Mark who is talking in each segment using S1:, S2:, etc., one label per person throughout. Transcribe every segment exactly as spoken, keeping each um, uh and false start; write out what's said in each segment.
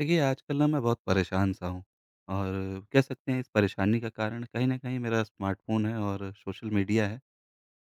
S1: देखिए, आजकल ना मैं बहुत परेशान सा हूँ और कह सकते हैं इस परेशानी का कारण कहीं न कहीं मेरा स्मार्टफ़ोन है और सोशल मीडिया है।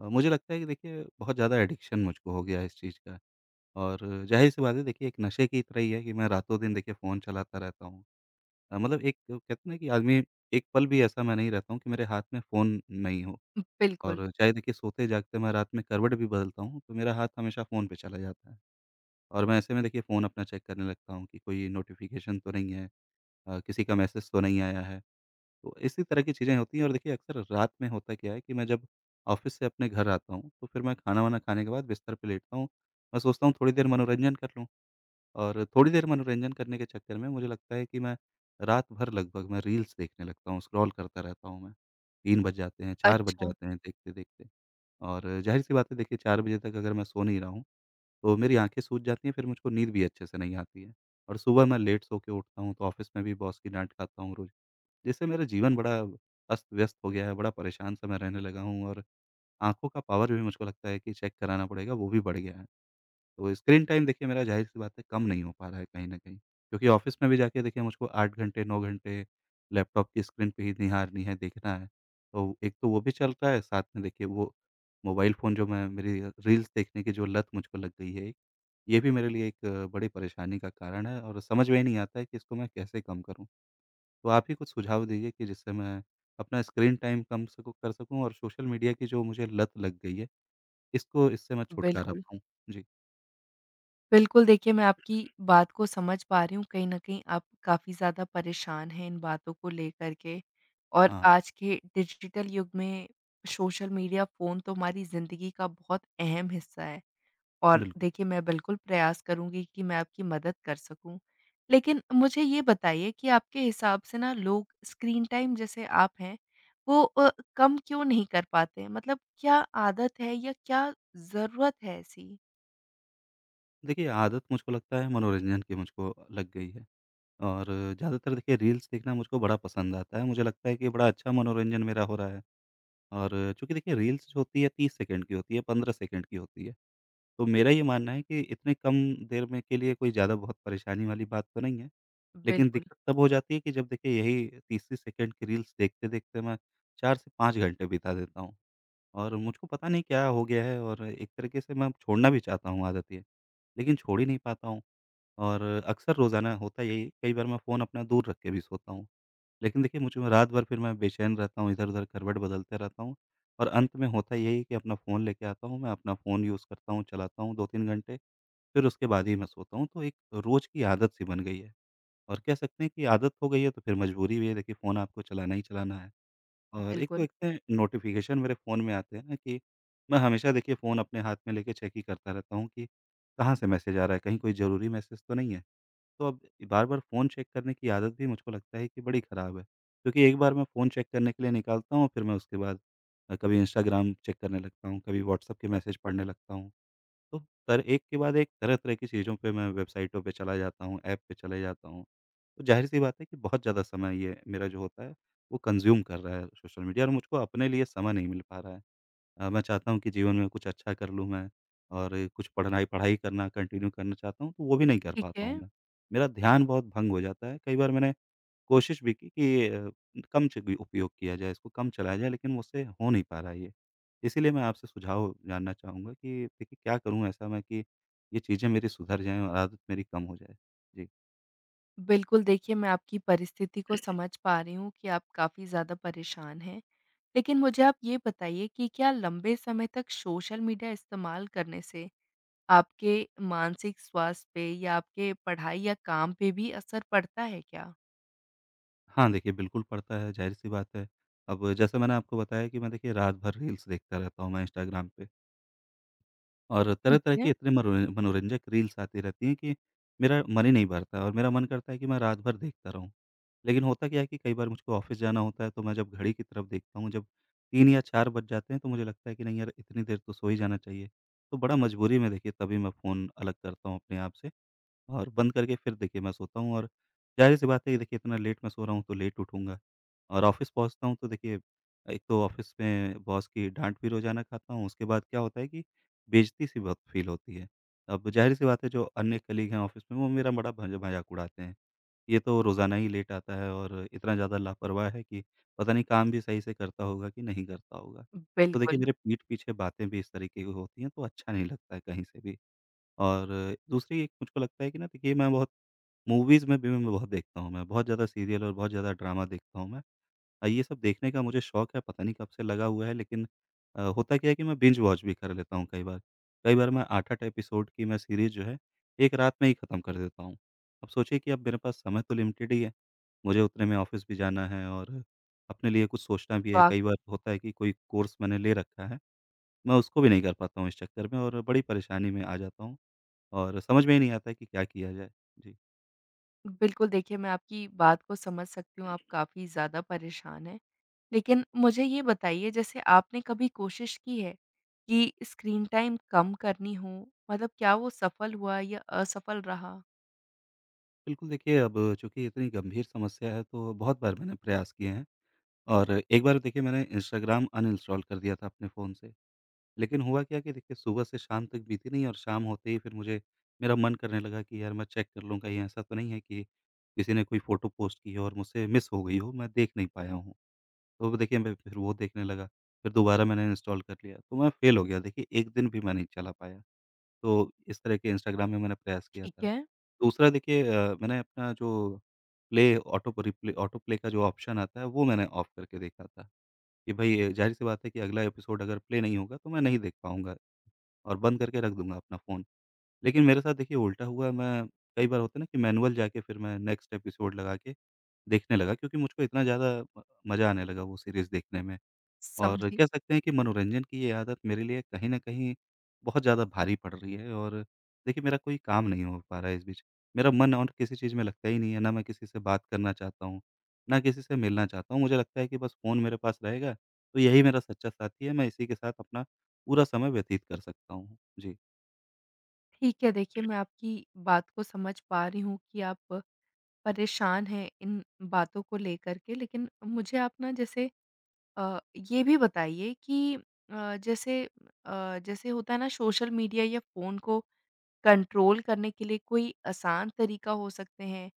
S1: अ, मुझे लगता है कि देखिए बहुत ज़्यादा एडिक्शन मुझको हो गया है इस चीज़ का और ज़ाहिर-सी बात है देखिए एक नशे की तरह ही है कि मैं रातों-दिन देखिए फ़ोन चलाता रहता हूँ। अ, मतलब एक कहते हैं ना कि आदमी एक पल भी ऐसा मैं नहीं रहता हूँ कि मेरे हाथ में फ़ोन नहीं हो,
S2: बिल्कुल।
S1: और चाहे देखिए सोते-जागते मैं रात में करवट भी बदलता हूँ, तो मेरा हाथ हमेशा फ़ोन पे चला जाता है और मैं ऐसे में देखिए फ़ोन अपना चेक करने लगता हूँ कि कोई नोटिफ़िकेशन तो नहीं है, अ, किसी का मैसेज तो नहीं आया है। तो इसी तरह की चीज़ें होती हैं और देखिए अक्सर रात में होता क्या है कि मैं जब ऑफ़िस से अपने घर आता हूँ, तो फिर मैं खाना-वाना खाने के बाद बिस्तर पे लेटता हूँ। मैं सोचता हूँ थोड़ी देर मनोरंजन कर लूँ, और थोड़ी देर मनोरंजन करने के चक्कर में मुझे लगता है कि मैं रात भर लगभग मैं रील्स देखने लगता हूँ, स्क्रॉल करता रहता हूँ मैं। तीन बज जाते हैं, चार बज
S2: अच्छा,
S1: जाते हैं देखते-देखते। और ज़ाहिर-सी बात है देखिए चार बजे तक अगर मैं सो नहीं रहा हूँ, तो मेरी आँखें सूज जाती हैं, फिर मुझको नींद भी अच्छे से नहीं आती है और सुबह मैं लेट सो के उठता हूँ, तो ऑफ़िस में भी बॉस की डाँट खाता हूँ रोज़। जिससे मेरा जीवन बड़ा अस्त-व्यस्त हो गया है, बड़ा परेशान सा मैं रहने लगा हूँ और आँखों का पावर भी मुझको लगता है कि चेक कराना पड़ेगा, वो भी बढ़ गया है। तो स्क्रीन टाइम देखिए मेरा ज़ाहिर-सी बात है कम नहीं हो पा रहा है कहीं न कहीं, क्योंकि ऑफ़िस में भी जाके देखिए मुझको आठ घंटे, नौ घंटे लैपटॉप की स्क्रीन पे ही निहारनी है, देखना है। तो एक तो वो भी चल रहा है, साथ में देखिए वो मोबाइल फ़ोन जो मैं, मेरी रील्स देखने की जो लत मुझको लग गई है, ये भी मेरे लिए एक अ, बड़ी परेशानी का कारण है, और समझ में ही नहीं आता है कि इसको मैं कैसे कम करूँ? तो आप ही कुछ सुझाव दीजिए कि जिससे मैं अपना स्क्रीन टाइम कम सकूँ कर सकूँ, और सोशल मीडिया की जो मुझे लत लग गई है, इसको इससे मैं छुटकारा
S2: बिल्कुल।
S1: पाऊँ। जी,
S2: बिल्कुल, देखिए मैं आपकी बात को समझ पा रही हूँ, कहीं न कहीं आप काफ़ी ज़्यादा परेशान हैं इन बातों को लेकर के और
S1: हाँ,
S2: आज के डिजिटल युग में सोशल मीडिया, फ़ोन तो हमारी ज़िंदगी का बहुत अहम हिस्सा है। और
S1: बिल्कुल।
S2: देखिए मैं बिल्कुल प्रयास करूँगी कि मैं आपकी मदद कर सकूँ। लेकिन मुझे ये बताइए कि आपके हिसाब से ना लोग स्क्रीन टाइम जैसे आप हैं, वो अ, कम क्यों नहीं कर पाते? मतलब क्या आदत है या क्या ज़रूरत है ऐसी?
S1: देखिए आदत मुझको लगता है मनोरंजन की मुझको लग गई है, और ज़्यादातर देखिए रील्स देखना मुझको बड़ा पसंद आता है। मुझे लगता है कि बड़ा अच्छा मनोरंजन मेरा हो रहा है, और चूँकि देखिए रील्स जो होती है तीस सेकंड की होती है, पंद्रह सेकंड की होती है। तो मेरा ये मानना है कि इतने कम देर में के लिए कोई ज़्यादा बहुत परेशानी वाली बात तो नहीं है। लेकिन
S2: बिल्कुल,
S1: दिक्कत तब हो जाती है कि जब देखिए यही तीस-तीस सेकंड की रील्स देखते-देखते मैं चार से पाँच घंटे बिता देता हूँ, और मुझको पता नहीं क्या हो गया है, और एक तरीके से मैं छोड़ना भी चाहता हूँ आदत ये, लेकिन छोड़ ही नहीं पाता हूँ, और अक्सर रोज़ाना होता यही है, कई बार मैं फ़ोन अपना दूर रख के भी सोता हूँ। लेकिन देखिए मुझ में रात भर फिर मैं बेचैन रहता हूँ, इधर-उधर करवट बदलते रहता हूँ, और अंत में होता यही है कि अपना फ़ोन लेके आता हूँ, मैं अपना फ़ोन यूज़ करता हूँ, चलाता हूँ दो-तीन घंटे, फिर उसके बाद ही मैं सोता हूँ। तो एक रोज़ की आदत सी बन गई है। और कह सकते हैं कि आदत हो गई है, तो फिर मजबूरी भी है, देखिए फ़ोन आपको चलाना ही चलाना है। और एक तो
S2: बिल्कुल,
S1: एक तो नोटिफ़िकेशन मेरे फ़ोन में आते हैं ना, कि मैं हमेशा देखिए फ़ोन अपने हाथ में लेके चेक ही करता रहता हूँ कि कहाँ से मैसेज आ रहा है, कहीं कोई ज़रूरी मैसेज तो नहीं है। तो अब बार-बार फ़ोन चेक करने की आदत भी मुझको लगता है कि बड़ी ख़राब है। क्योंकि एक बार मैं फ़ोन चेक करने के लिए निकालता हूँ, फिर मैं उसके बाद अ, कभी इंस्टाग्राम चेक करने लगता हूँ, कभी व्हाट्सएप के मैसेज पढ़ने लगता हूँ। तो पर एक के बाद एक तरह-तरह की चीज़ों पे मैं वेबसाइटों पे चला जाता हूँ, ऐप पे चले जाता हूँ। तो ज़ाहिर-सी बात है कि बहुत ज़्यादा समय ये मेरा जो होता है, वो कंज़्यूम कर रहा है सोशल मीडिया, और मुझको अपने लिए समय नहीं मिल पा रहा है। अ, मैं चाहता हूँ कि जीवन में कुछ अच्छा कर लूँ मैं, और कुछ पढ़नाई पढ़ाई करना कंटिन्यू करना चाहता हूँ, तो वो भी नहीं कर
S2: ठीक
S1: पाता
S2: है।
S1: हूँ मैं। मेरा ध्यान बहुत भंग हो जाता है, कई बार मैंने कोशिश भी की कि अ, कम च उपयोग किया जाए इसको, कम चलाया जाए, लेकिन मुझसे हो नहीं पा रहा है ये। इसीलिए मैं आपसे सुझाव जानना चाहूँगा कि देखिए क्या करूँ ऐसा मैं कि ये चीज़ें मेरी सुधर जाएँ और आदत मेरी कम हो जाए? जी।
S2: बिल्कुल, देखिए मैं आपकी परिस्थिति को समझ पा रही हूँ कि आप काफ़ी ज़्यादा परेशान हैं। लेकिन मुझे आप ये बताइए कि क्या लंबे समय तक सोशल मीडिया इस्तेमाल करने से आपके मानसिक स्वास्थ्य पे या आपके पढ़ाई या काम पे भी असर पड़ता है क्या?
S1: हाँ, देखिए बिल्कुल पड़ता है, ज़ाहिर-सी बात है। अब जैसे मैंने आपको बताया कि मैं देखिए रात भर रील्स देखता रहता हूँ मैं इंस्टाग्राम पे, और
S2: ठीक
S1: तरह-तरह के
S2: है।
S1: इतने मरो मनोरंजक रील्स आती रहती हैं कि मेरा मन ही नहीं भरता, और मेरा मन करता है कि मैं रात भर देखता रहूँ। लेकिन होता क्या है कि कई बार मुझको ऑफ़िस जाना होता है, तो मैं जब घड़ी की तरफ देखता हूँ, जब तीन या चार बज जाते हैं, तो मुझे लगता है कि नहीं यार, इतनी देर तो सो ही जाना चाहिए। तो बड़ा मजबूरी में देखिए तभी मैं फ़ोन अलग करता हूँ अपने आप से, और बंद करके फिर देखिए मैं सोता हूँ, और ज़ाहिर-सी बात है कि देखिए इतना लेट मैं सो रहा हूँ तो लेट उठूँगा, और ऑफ़िस पहुँचता हूँ तो देखिए एक तो ऑफ़िस में बॉस की डाँट भी रोज़ाना खाता हूँ, उसके बाद क्या होता है कि बेइज़्ज़ती-सी बहुत फ़ील होती है। अब ज़ाहिर-सी बात है जो अन्य कलीग हैं ऑफ़िस में, वो मेरा बड़ा भज मज़ाक उड़ाते हैं। ये तो रोज़ाना ही लेट आता है, और इतना ज़्यादा लापरवाह है कि पता नहीं काम भी सही से करता होगा कि नहीं करता होगा। तो देखिए
S2: बिल्कुल,
S1: मेरे पीठ पीछे बातें भी इस तरीके की होती हैं, तो अच्छा नहीं लगता है कहीं से भी। और दूसरी एक मुझको लगता है कि ना देखिए मैं बहुत मूवीज़ में भी मैं बहुत देखता हूँ मैं, बहुत ज़्यादा सीरियल और बहुत ज़्यादा ड्रामा देखता हूँ मैं। अ, ये सब देखने का मुझे शौक है, पता नहीं कब से लगा हुआ है, लेकिन अ, होता क्या है कि मैं बिंज वॉच भी कर लेता हूँ कई बार। कई बार मैं आठ-आठ एपिसोड की मैं सीरीज़ जो है, एक रात में ही खत्म कर देता हूँ। अब सोचिए कि अब मेरे पास समय तो लिमिटेड ही है, मुझे उतने में ऑफ़िस भी जाना है, और अपने लिए कुछ सोचना भी है। कई
S2: वाक़ई।
S1: बार होता है कि कोई कोर्स मैंने ले रखा है, मैं उसको भी नहीं कर पाता हूँ इस चक्कर में, और बड़ी परेशानी में आ जाता हूँ। और समझ में ही नहीं आता है कि क्या किया जाए? जी।
S2: बिल्कुल, देखिए मैं आपकी बात को समझ सकती हूँ, आप काफ़ी ज़्यादा परेशान हैं। लेकिन मुझे ये बताइए, जैसे आपने कभी कोशिश की है कि स्क्रीन टाइम कम करनी हो? मतलब क्या वो सफल हुआ या असफल रहा?
S1: बिल्कुल देखिए, अब चूँकि इतनी गंभीर समस्या है, तो बहुत बार मैंने प्रयास किए हैं, और एक बार देखिए मैंने इंस्टाग्राम अनइंस्टॉल कर दिया था अपने फ़ोन से। लेकिन हुआ क्या कि देखिए सुबह से शाम तक बीती नहीं, और शाम होते ही फिर मुझे, मेरा मन करने लगा कि यार मैं चेक कर लूँ, कहीं ऐसा तो नहीं है कि किसी ने कोई फ़ोटो पोस्ट की हो और मुझसे मिस हो गई हो, मैं देख नहीं पाया हूँ। तो वो देखिए मैं फिर वो देखने लगा, फिर दोबारा मैंने इंस्टॉल कर लिया, तो मैं फ़ेल हो गया देखिए, एक दिन भी मैं नहीं चला पाया। तो इस तरह के इंस्टाग्राम में मैंने प्रयास किया
S2: ठीक
S1: था।
S2: है।
S1: दूसरा देखिए अ, मैंने अपना जो प्ले ऑटो प रिप्ले ऑटो प्ले का जो ऑप्शन आता है, वो मैंने ऑफ करके देखा था, कि भई ज़ाहिर-सी बात है कि अगला एपिसोड अगर प्ले नहीं होगा तो मैं नहीं देख पाऊँगा, और बंद करके रख दूँगा अपना फ़ोन। लेकिन मेरे साथ देखिए उल्टा हुआ, मैं कई बार होता है ना कि मैनुअल जाके फिर मैं नेक्स्ट एपिसोड लगा के देखने लगा, क्योंकि मुझको इतना ज़्यादा म मज़ा आने लगा वो सीरीज़ देखने में। और
S2: समझी।
S1: कह सकते हैं कि मनोरंजन की ये आदत मेरे लिए कहीं न कहीं बहुत ज़्यादा भारी पड़ रही है, और देखिए मेरा कोई काम नहीं हो पा रहा है इस बीच। मेरा मन और किसी चीज़ में लगता ही नहीं है, ना मैं किसी से बात करना चाहता हूँ, ना किसी से मिलना चाहता हूँ। मुझे लगता है कि बस फ़ोन मेरे पास रहेगा, तो यही मेरा सच्चा साथी है, मैं इसी के साथ अपना पूरा समय व्यतीत कर सकता हूँ। जी।
S2: ठीक है, देखिए मैं आपकी बात को समझ पा रही हूँ कि आप परेशान हैं इन बातों को लेकर के। लेकिन मुझे आप ना, जैसे अ, ये भी बताइए कि अ, जैसे अ, जैसे होता है ना, सोशल मीडिया या फ़ोन को कंट्रोल करने के लिए कोई आसान तरीका हो सकते हैं?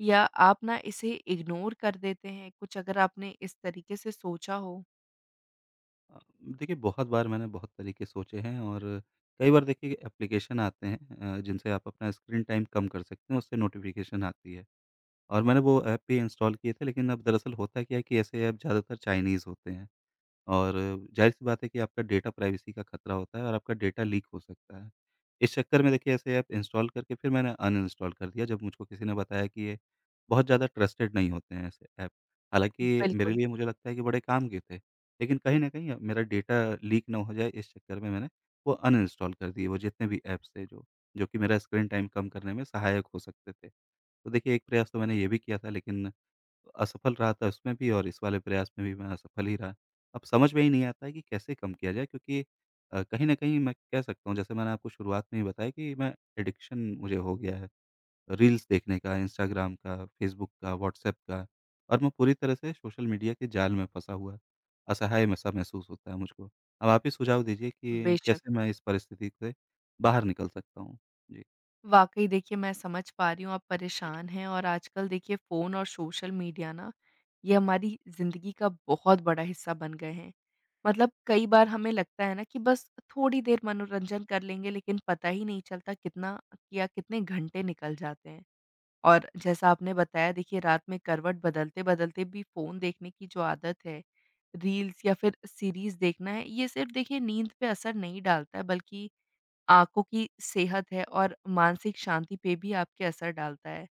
S2: या आप ना इसे इग्नोर कर देते हैं? कुछ अगर आपने इस तरीके से सोचा हो?
S1: अ, देखिए बहुत बार मैंने बहुत तरीके सोचे हैं, और कई बार देखिए एप्लीकेशन आते हैं अ, जिनसे आप अपना स्क्रीन टाइम कम कर सकते हैं, उससे नोटिफ़िकेशन आती है। और मैंने वो ऐप भी इंस्टॉल किए थे, लेकिन अब दरअसल होता क्या है कि ऐसे ऐप ज़्यादातर चाइनीज़ होते हैं। और ज़ाहिर-सी बात है कि आपका डेटा प्राइवेसी का खतरा होता है, और आपका डेटा लीक हो सकता है। इस चक्कर में देखिए ऐसे ऐप इंस्टॉल करके फिर मैंने अनइंस्टॉल कर दिया, जब मुझको किसी ने बताया कि ये बहुत ज़्यादा ट्रस्टेड नहीं होते हैं ऐसे ऐप। हालाँकि मेरे
S2: बिल्कुल,
S1: लिए मुझे लगता है कि बड़े काम के थे, लेकिन कहीं न कहीं मेरा डेटा लीक ना हो जाए, इस चक्कर में मैंने वो अनइंस्टॉल कर दिए, वो जितने भी ऐप्स थे जो, जो कि मेरा स्क्रीन टाइम कम करने में सहायक हो सकते थे। तो देखिए एक प्रयास तो मैंने ये भी किया था, लेकिन असफल रहा था उसमें भी, और इस वाले प्रयास में भी मैं असफल ही रहा। अब समझ में ही नहीं आता है कि कैसे कम किया जाए, क्योंकि अ, कहीं न कहीं मैं कह सकता हूँ, जैसे मैंने आपको शुरुआत में ही बताया कि मैं एडिक्शन मुझे हो गया है, रील्स देखने का, इंस्टाग्राम का, फ़ेसबुक का, व्हाट्सएप का, और मैं पूरी तरह से सोशल मीडिया के जाल में फँसा हुआ असहाय में सा महसूस होता है मुझको। अब आप ही सुझाव दीजिए कि
S2: बेशक।
S1: कैसे मैं इस परिस्थिति से बाहर निकल सकता हूँ? जी।
S2: वाक़ई देखिए, मैं समझ पा रही हूँ आप परेशान हैं और आजकल देखिए फ़ोन और सोशल मीडिया ना, ये हमारी ज़िंदगी का बहुत बड़ा हिस्सा बन गए हैं। मतलब कई बार हमें
S1: जी।
S2: लगता है ना कि बस थोड़ी देर मनोरंजन कर लेंगे, लेकिन पता ही नहीं चलता कितना या कितने घंटे निकल जाते हैं। और जैसा आपने बताया देखिए, रात में करवट बदलते-बदलते भी फ़ोन देखने की जो आदत है, रील्स या फिर सीरीज़ देखना है, ये सिर्फ़ देखिए नींद पे असर नहीं डालता है, बल्कि आँखों की सेहत है और मानसिक शांति पे भी आपके असर डालता है।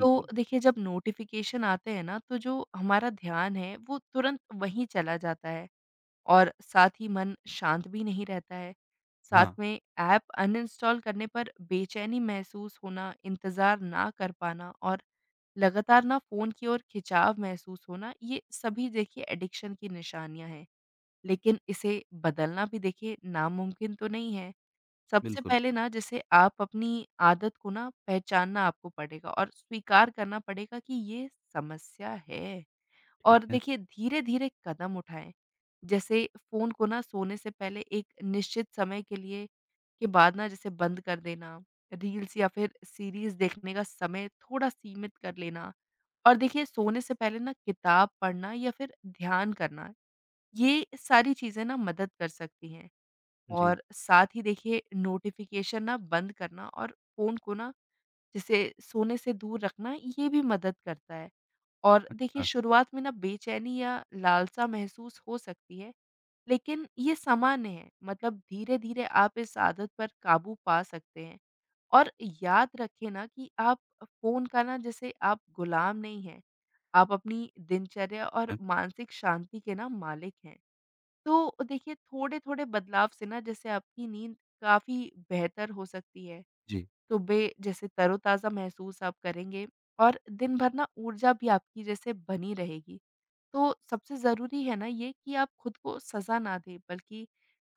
S2: तो देखिए, जब नोटिफ़िकेशन आते हैं ना, तो जो हमारा ध्यान है वो तुरंत वहीं चला जाता है और साथ ही मन शांत भी नहीं रहता है। साथ
S1: हाँ,
S2: में ऐप अनइंस्टॉल करने पर बेचैनी महसूस होना, इंतज़ार ना कर पाना और लगातार ना फ़ोन की ओर खिंचाव महसूस होना, ये सभी देखिए एडिक्शन की निशानियाँ हैं। लेकिन इसे बदलना भी देखिए नामुमकिन तो नहीं है। सबसे
S1: बिल्कुल,
S2: पहले ना, जैसे आप अपनी आदत को ना पहचानना आपको पड़ेगा और स्वीकार करना पड़ेगा कि ये समस्या है। और
S1: ठीक है।
S2: देखिए, धीरे-धीरे कदम उठाएँ। जैसे फ़ोन को ना सोने से पहले एक निश्चित समय के लिए के बाद ना जैसे बंद कर देना, रील्स या फिर सीरीज़ देखने का समय थोड़ा सीमित कर लेना। और देखिए, सोने से पहले ना किताब पढ़ना या फिर ध्यान करना, ये सारी चीज़ें ना मदद कर सकती हैं।
S1: जी,
S2: और साथ ही देखिए नोटिफ़िकेशन ना बंद करना और फ़ोन को ना जैसे सोने से दूर रखना, ये भी मदद करता है। और देखिए,
S1: अच्छा
S2: शुरुआत में ना बेचैनी या लालसा महसूस हो सकती है, लेकिन ये सामान्य है। मतलब धीरे-धीरे आप इस आदत पर काबू पा सकते हैं। और याद रखें ना कि आप फ़ोन का ना, जैसे आप गुलाम नहीं हैं। आप अपनी दिनचर्या और
S1: है।
S2: मानसिक शांति के ना मालिक हैं। तो देखिए, थोड़े-थोड़े बदलाव से ना जैसे आपकी नींद काफ़ी बेहतर हो सकती है।
S1: जी,
S2: सुबह जैसे तरोताज़ा महसूस आप करेंगे और दिन भर ना ऊर्जा भी आपकी जैसे बनी रहेगी। तो सबसे ज़रूरी है ना ये कि आप खुद को सज़ा ना दें, बल्कि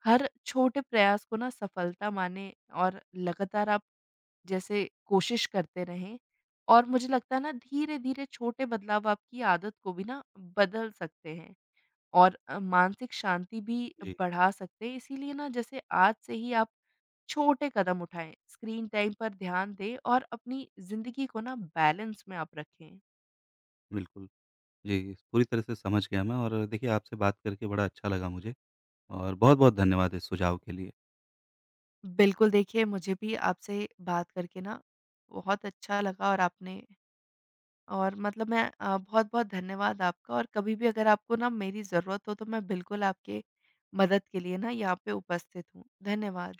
S2: हर छोटे प्रयास को ना सफलता मानें और लगातार आप जैसे कोशिश करते रहें। और मुझे लगता है ना, धीरे-धीरे छोटे बदलाव आपकी आदत को भी ना बदल सकते हैं। और अ, मानसिक शांति भी
S1: जी।
S2: बढ़ा सकते हैं। इसीलिए ना, जैसे आज से ही आप छोटे कदम उठाएँ, स्क्रीन टाइम पर ध्यान दें और अपनी ज़िंदगी को ना बैलेंस में आप रखें।
S1: बिल्कुल। जी, पूरी तरह से समझ गया मैं, और देखिए आपसे बात करके बड़ा अच्छा लगा मुझे, और बहुत-बहुत धन्यवाद इस सुझाव के लिए।
S2: बिल्कुल देखिए, मुझे भी आपसे बात करके ना बहुत अच्छा लगा और आपने और मतलब मैं, अ, बहुत-बहुत धन्यवाद आपका, और कभी भी अगर आपको ना मेरी ज़रूरत हो, तो मैं बिल्कुल आपके मदद के लिए ना यहाँ पे उपस्थित हूँ। धन्यवाद।